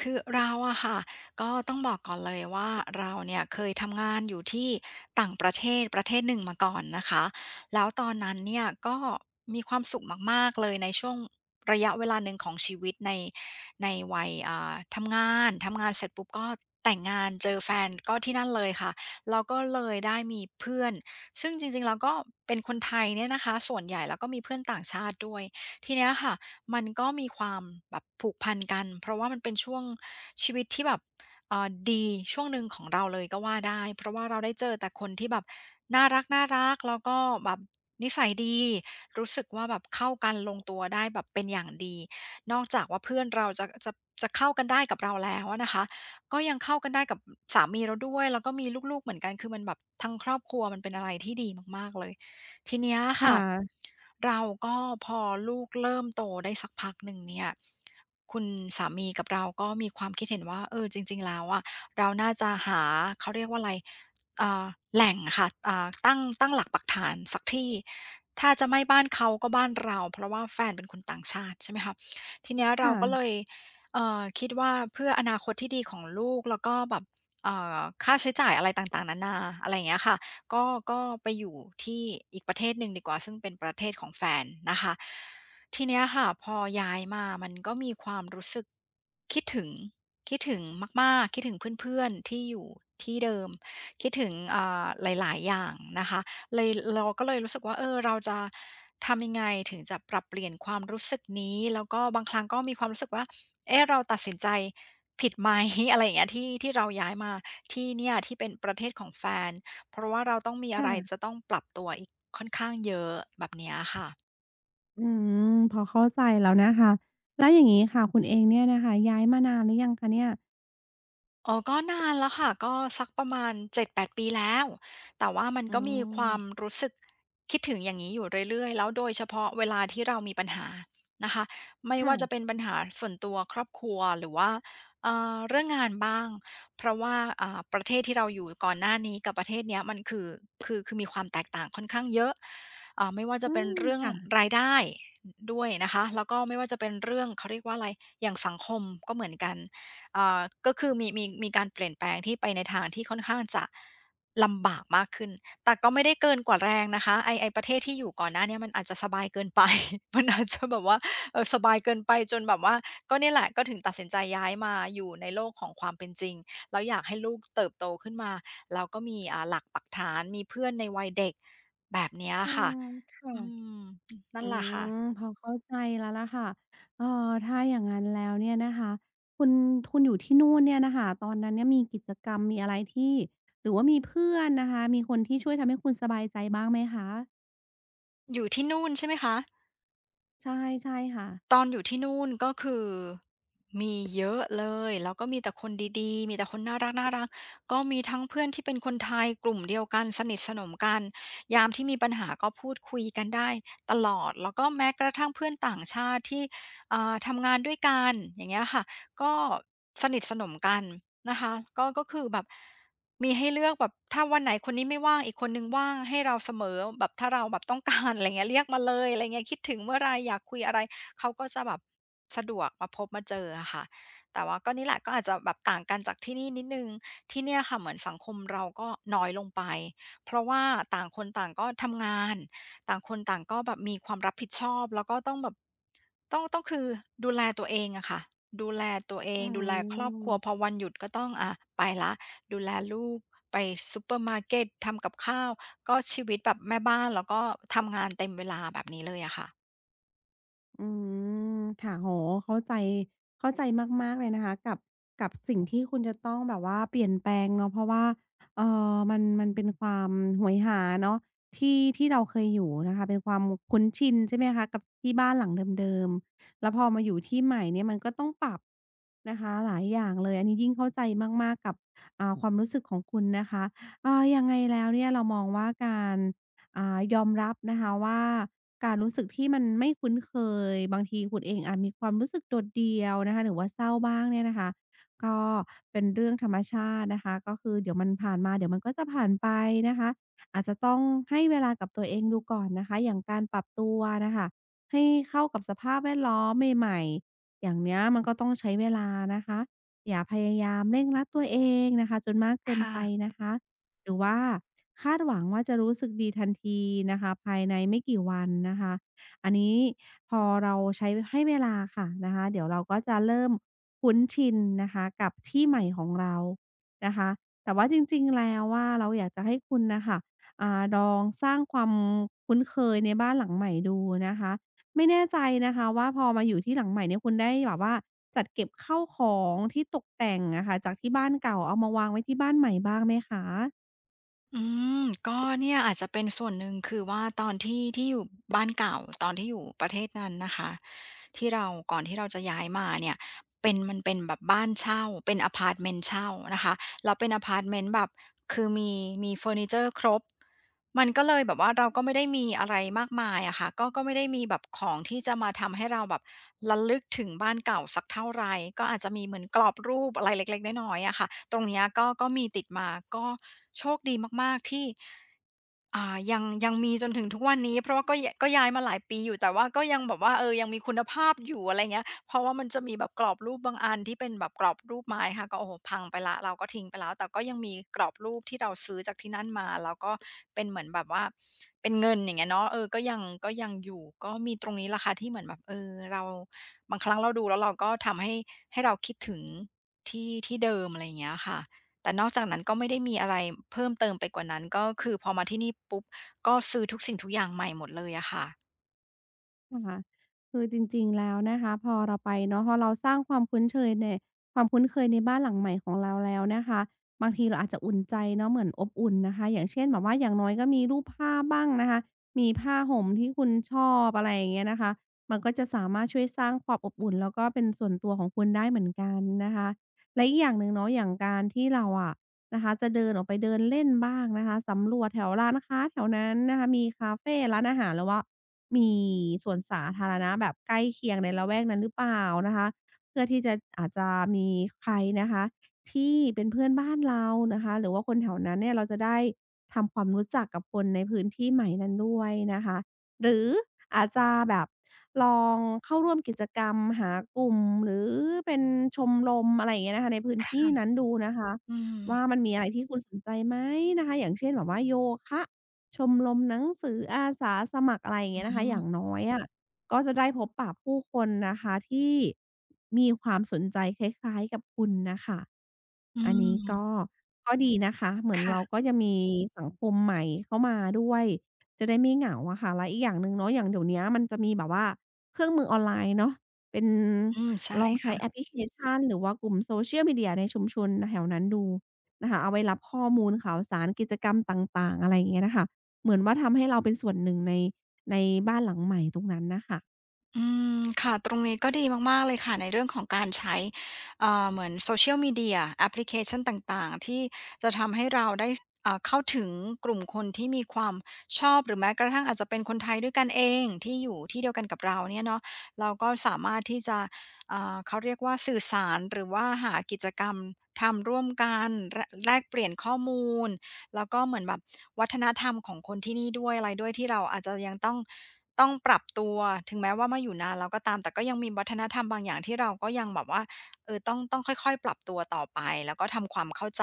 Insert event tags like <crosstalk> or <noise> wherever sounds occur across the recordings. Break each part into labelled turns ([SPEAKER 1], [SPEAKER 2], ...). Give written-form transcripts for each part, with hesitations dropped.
[SPEAKER 1] คือเราอะค่ะก็ต้องบอกก่อนเลยว่าเราเนี่ยเคยทำงานอยู่ที่ต่างประเทศประเทศหนึ่งมาก่อนนะคะแล้วตอนนั้นเนี่ยก็มีความสุขมากๆเลยในช่วงระยะเวลาหนึ่งของชีวิตในวัยทำงานเสร็จปุ๊บก็แต่งงานเจอแฟนก็ที่นั่นเลยค่ะเราก็เลยได้มีเพื่อนซึ่งจริงๆแล้วก็เป็นคนไทยเนี่ยนะคะส่วนใหญ่แล้วก็มีเพื่อนต่างชาติด้วยทีเนี้ยค่ะ มันก็มีความแบบผูกพันกันเพราะว่ามันเป็นช่วงชีวิตที่แบบดีช่วงหนึ่งของเราเลยก็ว่าได้เพราะว่าเราได้เจอแต่คนที่แบบน่ารักๆแล้วก็แบบนิสัยดีรู้สึกว่าแบบเข้ากันลงตัวได้แบบเป็นอย่างดีนอกจากว่าเพื่อนเราจะจะเข้ากันได้กับเราแล้วอะนะคะก็ยังเข้ากันได้กับสามีเราด้วยแล้วก็มีลูกๆเหมือนกันคือมันแบบทั้งครอบครัวมันเป็นอะไรที่ดีมากๆเลย ทีเนี้ย
[SPEAKER 2] ค
[SPEAKER 1] ค่ะ
[SPEAKER 2] ่ะ
[SPEAKER 1] เราก็พอลูกเริ่มโตได้สักพักหนึ่งเนี่ยคุณสามีกับเราก็มีความคิดเห็นว่าเออจริงๆแล้วอะเราน่าจะหาเขาเรียกว่าอะไรอ่าแหล่งอะค่ะตั้งหลักปักฐานสักที่ถ้าจะไม่บ้านเขาก็บ้านเราเพราะว่าแฟนเป็นคนต่างชาติใช่ไหมคะทีเนี้ยเราก็เล
[SPEAKER 2] ค่ะ
[SPEAKER 1] ยคิดว่าเพื่ออนาคตที่ดีของลูกแล้วก็แบบเอ่อค่าใช้จ่ายอะไรต่างๆนานาอะไรอย่างเงี้ยค่ะ ก็ก็ไปอยู่ที่อีกประเทศหนึ่งดีกว่าซึ่งเป็นประเทศของแฟนนะคะทีเนี้ยค่ะพอย้ายมามันก็มีความรู้สึกคิดถึงคิดถึงมากๆคิดถึงเพื่อนๆที่อยู่ที่เดิม คิดถึงหลายๆอย่างนะคะเลยเราก็เลยรู้สึกว่าเออเราจะทำยังไงถึงจะปรับเปลี่ยนความรู้สึกนี้แล้วก็บางครั้งก็มีความรู้สึกว่าเอ๊ะเราตัดสินใจผิดไหม <laughs> อะไรอย่างเงี้ยที่เราย้ายมาที่เนี่ยที่เป็นประเทศของแฟน เพราะว่าเราต้องมีอะไรจะ
[SPEAKER 2] ค่ะ
[SPEAKER 1] ต้องปรับตัวอีกค่อนข้างเยอะแบบเนี้ยค่ะ
[SPEAKER 2] อืมพอเข้าใจแล้วนะคะแล้วอย่างงี้ค่ะ คุณเองเนี่ยนะคะย้ายมานานหรือยังคะเนี่ย
[SPEAKER 1] อ๋อก็นานแล้วค่ะก็สักประมาณ7-8ปดปีแล้วแต่ว่ามัน
[SPEAKER 2] อื
[SPEAKER 1] ก็มีความ
[SPEAKER 2] ม
[SPEAKER 1] รู้สึกคิดถึงอย่างนี้อยู่เรื่อยๆแล้วโดยเฉพาะเวลาที่เรามีปัญหานะคะไม่ว่าจะ
[SPEAKER 2] ค่ะ
[SPEAKER 1] เป็นปัญหาส่วนตัวครอบครัวหรือว่าเรื่องงานบ้างเพราะว่าประเทศที่เราอยู่ก่อนหน้านี้กับประเทศเนี้ยมันคือคือมีความแตกต่างค่อนข้างเยอะไม่ว่าจะ
[SPEAKER 2] อื
[SPEAKER 1] เป็น
[SPEAKER 2] ม
[SPEAKER 1] เรื่อง
[SPEAKER 2] ค่ะ
[SPEAKER 1] รายได้ด้วยนะคะแล้วก็ไม่ว่าจะเป็นเรื่องเขาเรียกว่าอะไรอย่างสังคมก็เหมือนกัน อ่าก็คือมีการเปลี่ยนแปลงที่ไปในทางที่ค่อนข้างจะลำบากมากขึ้น แต่ก็ไม่ได้เกินกว่าแรงนะคะไอ้ประเทศที่อยู่ก่อนหน้าเนี้ยมันอาจจะสบายเกินไป <laughs> มันอาจจะแบบว่าสบายเกินไปจนแบบว่าก็เนี่ยแหละก็ถึงตัดสินใจย้ายมาอยู่ในโลกของความเป็นจริงแล้วอยากให้ลูกเติบโตขึ้นมาแล้วก็มีหลักปักฐานมีเพื่อนในวัยเด็กแบบเนี้ย
[SPEAKER 2] อื
[SPEAKER 1] ค่ะ
[SPEAKER 2] มค่ะ
[SPEAKER 1] อืมนั่
[SPEAKER 2] อื
[SPEAKER 1] นแหละ
[SPEAKER 2] ม
[SPEAKER 1] ค่ะ
[SPEAKER 2] พอเข้าใจแล้วล่ะค่ะเอ่อถ้าอย่างงั้นแล้วเนี่ยนะคะคุณคุณอยู่ที่นู่นเนี่ยน่ะค่ะตอนนั้นเนี่ยมีกิจกรรมมีอะไรที่หรือว่ามีเพื่อนนะคะมีคนที่ช่วยทำให้คุณสบายใจบ้างไหมคะ
[SPEAKER 1] อยู่ที่นู่นใช่ไหมคะ
[SPEAKER 2] ใช่ใช่ค่ะ
[SPEAKER 1] ตอนอยู่ที่นู่นก็คือมีเยอะเลยแล้วก็มีแต่คนดีๆมีแต่คนน่ารักๆกก็มีทั้งเพื่อนที่เป็นคนไทยกลุ่มเดียวกันสนิทสนมกันยามที่มีปัญหาก็พูดคุยกันได้ตลอดแล้วก็แม้กระทั่งเพื่อนต่างชาติที่ทำงานด้วยกันอย่างเงี้ยค่ะก็สนิทสนมกันนะคะก็คือแบบมีให้เลือกแบบถ้าวันไหนคนนี้ไม่ว่างอีกคนหนึ่งว่างให้เราเสมอแบบถ้าเราแบบต้องการอะไรเงี้ยเรียกมาเลยอะไรเงี้ยคิดถึงเมื่อไรอยากคุยอะไร เขาก็จะแบบสะดวกมาพบมาเจออะค่ะแต่ว่าก็นี่แหละก็อาจจะแบบต่างกันจากที่นี่นิดนึงที่เนี่ยค่ะเหมือนสังคมเราก็น้อยลงไปเพราะว่าต่างคนต่างก็ทำงานต่างคนต่างก็แบบมีความรับผิดชอบแล้วก็ต้องแบบต้องต้องคือดูแลตัวเองอะค่ะดูแลตัวเอ
[SPEAKER 2] อื
[SPEAKER 1] งดูแลครอบครัวพอ
[SPEAKER 2] ม
[SPEAKER 1] วันหยุดก็ต้องอะไปละดูแลลูกไปซูเปอร์มาร์เกตทำกับข้าวก็ชีวิตแบบแม่บ้านแล้วก็ทำงานเต็มเวลาแบบนี้เลยอะค่ะ
[SPEAKER 2] อืมค่ะโหเข้าใจเข้าใจมากๆเลยนะคะกับสิ่งที่คุณจะต้องแบบว่าเปลี่ยนแปลงเนาะเพราะว่าเอ่มันเป็นความโหยหาเนาะที่เราเคยอยู่นะคะเป็นความคุ้นชินใช่ไหมคะกับที่บ้านหลังเดิมๆแล้วพอมาอยู่ที่ใหม่เนี่ยมันก็ต้องปรับนะคะหลายอย่างเลยอันนี้ยิ่งเข้าใจมากๆกับความรู้สึกของคุณนะคะเอ่ายังไงแล้วเนี่ยเรามองว่าการ ยอมรับนะคะว่าการรู้สึกที่มันไม่คุ้นเคยบางทีคุณเองอาจมีความรู้สึกโดดเดี่ยวนะคะหรือว่าเศร้าบ้างเนี่ยนะคะก็เป็นเรื่องธรรมชาตินะคะก็คือเดี๋ยวมันผ่านมาเดี๋ยวมันก็จะผ่านไปนะคะอาจจะต้องให้เวลากับตัวเองดูก่อนนะคะอย่างการปรับตัวนะคะให้เข้ากับสภาพแวดล้อมใหม่ๆอย่างเนี้ยมันก็ต้องใช้เวลานะคะอย่าพยายามเร่งรัดตัวเองนะคะจนมากเกิน
[SPEAKER 1] ค่ะ
[SPEAKER 2] ไปนะคะ หรือว่าคาดหวังว่าจะรู้สึกดีทันทีนะคะภายในไม่กี่วันนะคะอันนี้พอเราใช้ให้เวลาค่ะนะคะเดี๋ยวเราก็จะเริ่มคุ้นชินนะคะกับที่ใหม่ของเรานะคะแต่ว่าจริงๆแล้วว่าเราอยากจะให้คุณนะคะลองสร้างความคุ้นเคยในบ้านหลังใหม่ดูนะคะไม่แน่ใจนะคะว่าพอมาอยู่ที่หลังใหม่เนี่ยคุณได้แบบว่าจัดเก็บเข้าวของที่ตกแต่งอะค่ะจากที่บ้านเก่าเอามาวางไว้ที่บ้านใหม่บ้างไหมคะ
[SPEAKER 1] อืมก็เนี่ยอาจจะเป็นส่วนหนึ่งคือว่าตอนที่อยู่บ้านเก่าตอนที่อยู่ประเทศนั้นนะคะที่เราก่อนที่เราจะย้ายมาเนี่ยเป็นมันเป็นแบบบ้านเช่าเป็นอะพาร์ตเมนต์เช่านะคะแล้วเป็นอะพาร์ตเมนต์แบบคือมีเฟอร์นิเจอร์ครบ มันก็เลยแบบว่าเราก็ไม่ได้มีอะไรมากมายอะค่ะก็ไม่ได้มีแบบของที่จะมาทำให้เราแบบระลึกถึงบ้านเก่าสักเท่าไหรก็อาจจะมีเหมือนกรอบรูปอะไรเล็กๆน้อยๆอะค่ะตรงเนี้ยก็มีติดมาก็โชคดีมากๆที่ อ่ายังมีจนถึงทุกวันนี้เพราะว่าก็ย้ายมาหลายปีอยู่แต่ว่าก็ยังแบบว่าเออยังมีคุณภาพอยู่อะไรเงี้ยเพราะว่ามันจะมีแบบกรอบรูปบางอันที่เป็นแบบกรอบรูปไม้ค่ะก็โอ้โฮพังไปแล้วเราก็ทิ้งไปแล้วแต่ก็ยังมีกรอบรูปที่เราซื้อจากที่นั่นมาแล้วก็เป็นเหมือนแบบว่าเป็นเงินอย่างเงี้ยเนาะเออก็ยังอยู่ก็มีตรงนี้แหละค่ะที่เหมือนแบบเออเราบางครั้งเราดูแล้วเราก็ทำให้ให้เราคิดถึงที่เดิมอะไรอย่างเงี้ยค่ะ แต่นอกจากนั้นก็ไม่ได้มีอะไรเพิ่มเติมไปกว่านั้นก็คือพอมาที่นี่ปุ๊บก็ซื้อทุกสิ่งทุกอย่างใหม่หมดเลยอะค่ะ
[SPEAKER 2] นะคะคือจริงๆแล้วนะคะพอเราไปเนาะพอเราสร้างความคุ้นเชยในความคุ้นเคยในบ้านหลังใหม่ของเราแล้วนะคะบางทีเราอาจจะอุ่นใจเนาะเหมือนอบอุ่นนะคะอย่างเช่นแบบว่าอย่างน้อยก็มีรูปภาพบ้างนะคะมีผ้าห่มที่คุณชอบอะไรอย่างเงี้ยนะคะมันก็จะสามารถช่วยสร้างความอบอุ่นแล้วก็เป็นส่วนตัวของคุณได้เหมือนกันนะคะและอีกอย่างหนึ่งเนาะอย่างการที่เราอะ นะคะจะเดินออกไปเดินเล่นบ้างนะคะสำรวจแถวร้านค้าแถวนั้นนะคะมีคาเฟร้านอาหารหรือว่ามีสวนสาธารณะแบบใกล้เคียงในละแวกนั้นหรือเปล่านะคะเพื่อที่จะอาจจะมีใครนะคะที่เป็นเพื่อนบ้านเรานะคะหรือว่าคนแถวนั้นเนี่ยเราจะได้ทำความรู้จักกับคนในพื้นที่ใหม่นั้นด้วยนะคะหรืออาจจะแบบลองเข้าร่วมกิจกรรมหากลุ่มหรือเป็นชมรมอะไรอย่างเงี้ยนะคะในพื้นที่นั้นดูนะคะ
[SPEAKER 1] อื
[SPEAKER 2] ว่า
[SPEAKER 1] ม
[SPEAKER 2] มันมีอะไรที่คุณสนใจไหมนะคะอย่างเช่นแบบว่าโยคะชมรมหนังสืออาสาสมัครอะไรอย่าง
[SPEAKER 1] อื
[SPEAKER 2] เงี้
[SPEAKER 1] อ
[SPEAKER 2] ยนะ
[SPEAKER 1] ฮึ
[SPEAKER 2] คะอย่างน้อยอะก็จะได้พบปะผู้คนนะคะที่มีความสนใจคล้ายๆกับคุณน่ะค่ะ
[SPEAKER 1] อื
[SPEAKER 2] อันนี้ก็
[SPEAKER 1] ม
[SPEAKER 2] ก็ดีนะคะ เหมือนเรา
[SPEAKER 1] ค่ะ
[SPEAKER 2] ก็จะมีสังคมใหม่เข้ามาด้วยจะได้ไม่เหงาอะค่ะและอีกอย่างหนึ่งเนาะอย่างเดี๋ยวเนี้ยมันจะมีแบบว่าเครื่องมือออนไลน์เนาะเป็น
[SPEAKER 1] อืมใช่
[SPEAKER 2] ลองใช้แอป
[SPEAKER 1] ค่ะ
[SPEAKER 2] พลิเคชันหรือว่ากลุ่ม Social Media ในชุมชนแถวนั้นดู นะคะเอาไว้รับข้อมูลข่าวสารกิจกรรมต่างๆอะไรอย่างเงี้ยน่ะค่ะเหมือนว่าทำให้เราเป็นส่วนหนึ่งในบ้านหลังใหม่ตรงนั้นน่ะค่ะ
[SPEAKER 1] อืมค่ะตรงนี้ก็ดีมากๆเลยค่ะในเรื่องของการใช้เหมือน Social Media แอปพลิเคชันต่างๆที่จะทำให้เราได้เข้าถึงกลุ่มคนที่มีความชอบหรือแม้กระทั่งอาจจะเป็นคนไทยด้วยกันเองที่อยู่ที่เดียวกันกับเราเนี่ยเนาะเราก็สามารถที่จะเขาเรียกว่าสื่อสารหรือว่าหากิจกรรมทำร่วมกันแระแลกเปลี่ยนข้อมูลแล้วก็เหมือนแบบ วัฒนธรรมของคนที่นี่ด้วยอะไรด้วยที่เราอาจจะยังต้องปรับตัวถึงแม้ว่ามาอยู่นานแล้วก็ตามแต่ก็ยังมีวัฒนธรรมบางอย่างที่เราก็ยังแบบว่าเออต้องค่อยๆปรับตัวต่อไปแล้วก็ทำความเข้าใจ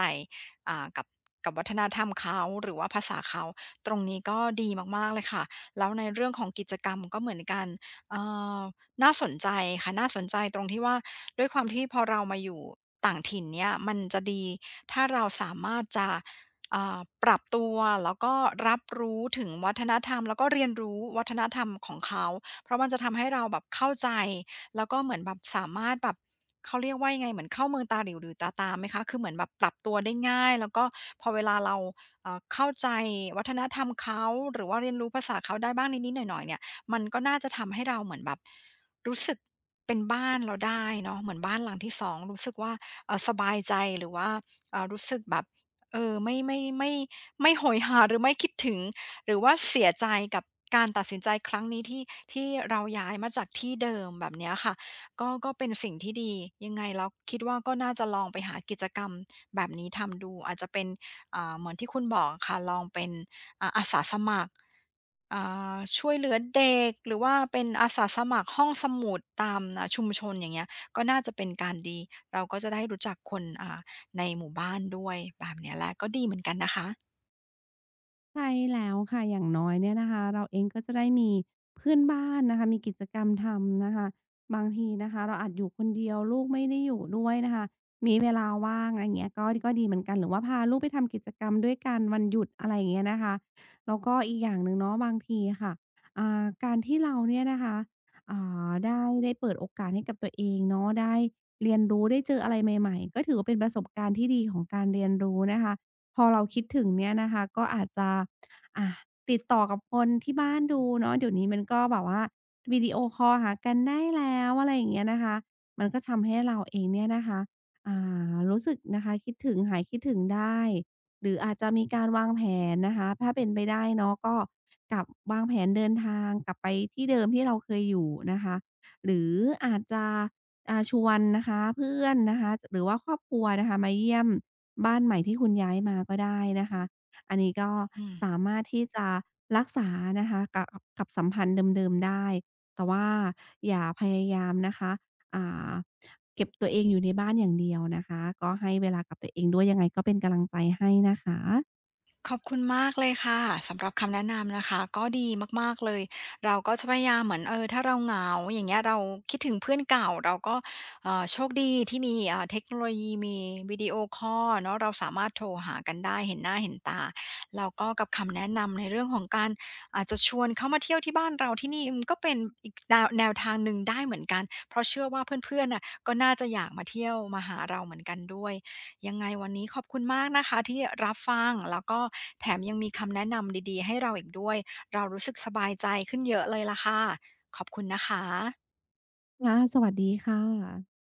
[SPEAKER 1] อ่ากับกับวัฒนธรรมเขาหรือว่าภาษาเขาตรงนี้ก็ดีมากๆเลยค่ะแล้วในเรื่องของกิจกรรมก็เหมือนกันเอ่อน่าสนใจค่ะน่าสนใจตรงที่ว่าด้วยความที่พอเรามาอยู่ต่างถิ่นเนี่ยมันจะดีถ้าเราสามารถจะ อ่าปรับตัวแล้วก็รับรู้ถึงวัฒนธรรมแล้วก็เรียนรู้วัฒนธรรมของเขาเพราะมันจะทำให้เราแบบเข้าใจแล้วก็เหมือนแบบสามารถแบบเขาเรียกว่ายังไงเหมือนเข้าเมืองตาหลิวหรือตาตามไหมคะคือเหมือนแบบปรับตัวได้ง่ายแล้วก็พอเวลาเราเข้าใจวัฒนธรรมเขาหรือว่าเรียนรู้ภาษาเขาได้บ้างนิดๆหน่อยๆเนี่ยมันก็น่าจะทำให้เราเหมือนแบบรู้สึกเป็นบ้านเราได้เนาะเหมือนบ้านหลังที่สองรู้สึกว่าสบายใจหรือว่ารู้สึกแบบ เออไม่โหยหาหรือไม่คิดถึงหรือว่าเสียใจกับการตัดสินใจครั้งนี้ที่ที่เราย้ายมาจากที่เดิมแบบเนี้ยค่ะก็เป็นสิ่งที่ดียังไงแล้วคิดว่าก็น่าจะลองไปหากิจกรรมแบบนี้ทำดูอาจจะเป็นเหมือนที่คุณบอกค่ะลองเป็นอาสาสมัครอ่ช่วยเหลือเด็กหรือว่าเป็นอาสาสมัครห้องสมุดตามชุมชนอย่างเงี้ยก็น่าจะเป็นการดีเราก็จะได้รู้จักคนในหมู่บ้านด้วยแบบเนี้ยแหละก็ดีเหมือนกันนะคะ
[SPEAKER 2] ใช่แล้วค่ะอย่างน้อยเนี่ยนะคะเราเองก็จะได้มีเพื่อนบ้านนะคะมีกิจกรรมทำนะคะบางทีนะคะเราอาจอยู่คนเดียวลูกไม่ได้อยู่ด้วยนะคะมีเวลาว่างอะไรเงี้ยก็ก็ดีเหมือนกันหรือว่าพาลูกไปทำกิจกรรมด้วยกันวันหยุดอะไรอย่างเงี้ยนะคะแล้วก็อีกอย่างหนึ่งเนาะบางทีค่ะการที่เราเนี่ยนะคะอ่ได้เปิดโอกาสให้กับตัวเองเนาะได้เรียนรู้ได้เจออะไรใหม่ๆก็ถือว่าเป็นประสบการณ์ที่ดีของการเรียนรู้นะคะ พอเราคิดถึงเนี่ยนะคะก็อาจจะอ่าติดต่อกับคนที่บ้านดูเนาะเดี๋ยวนี้มันก็แบบว่าวิดีโอคอลหากันได้แล้วอะไรอย่างเงี้ยนะคะมันก็ทำให้เราเองเนี่ยนะคะอ่รู้สึกนะคะคิดถึงหายคิดถึงได้หรืออาจจะมีการวางแผนนะคะถ้าเป็นไปได้เนาะก็กลับวางแผนเดินทางกลับไปที่เดิมที่เราเคยอยู่นะคะหรืออาจจะชวนนะคะเพื่อนนะคะหรือว่าครอบครัวนะคะมาเยี่ยม บ้านใหม่ที่คุณย้ายมาก็ได้นะคะ อันนี้ก็
[SPEAKER 1] อืม
[SPEAKER 2] สามารถที่จะรักษานะคะกับกับสัมพันธ์เดิมๆได้ แต่ว่าอย่าพยายามนะคะอ่าเก็บตัวเองอยู่ในบ้านอย่างเดียวนะคะ ก็ให้เวลากับตัวเองด้วยยังไงก็เป็นกำลังใจให้นะคะ
[SPEAKER 1] ขอบคุณมากเลยค่ะสำหรับคำแนะนำนะคะก็ดีมากๆเลยเราก็จะพยายามเหมือนเออถ้าเราเหงาอย่างเงี้ยเราคิดถึงเพื่อนเก่าเราก็โชคดีที่มีเทคโนโลยีมีวิดีโอคอลเนาะเราสามารถโทรหากันได้เห็นหน้าเห็นตาแล้วก็กับคำแนะนำในเรื่องของการอาจจะชวนเขามาเที่ยวที่บ้านเราที่นี่มันก็เป็นอีกแนวทางหนึ่งได้เหมือนกันเพราะเชื่อว่าเพื่อนๆน่ะก็น่าจะอยากมาเที่ยวมาหาเราเหมือนกันด้วย ยังไงวันนี้ขอบคุณมากนะคะที่รับฟังแล้วก็แถมยังมีคำแนะนำดีๆให้เราอีกด้วยเรารู้สึกสบายใจขึ้นเยอะเลยล่ะค่ะขอบคุณนะคะ
[SPEAKER 2] ค่ะสวัสดีค่ะ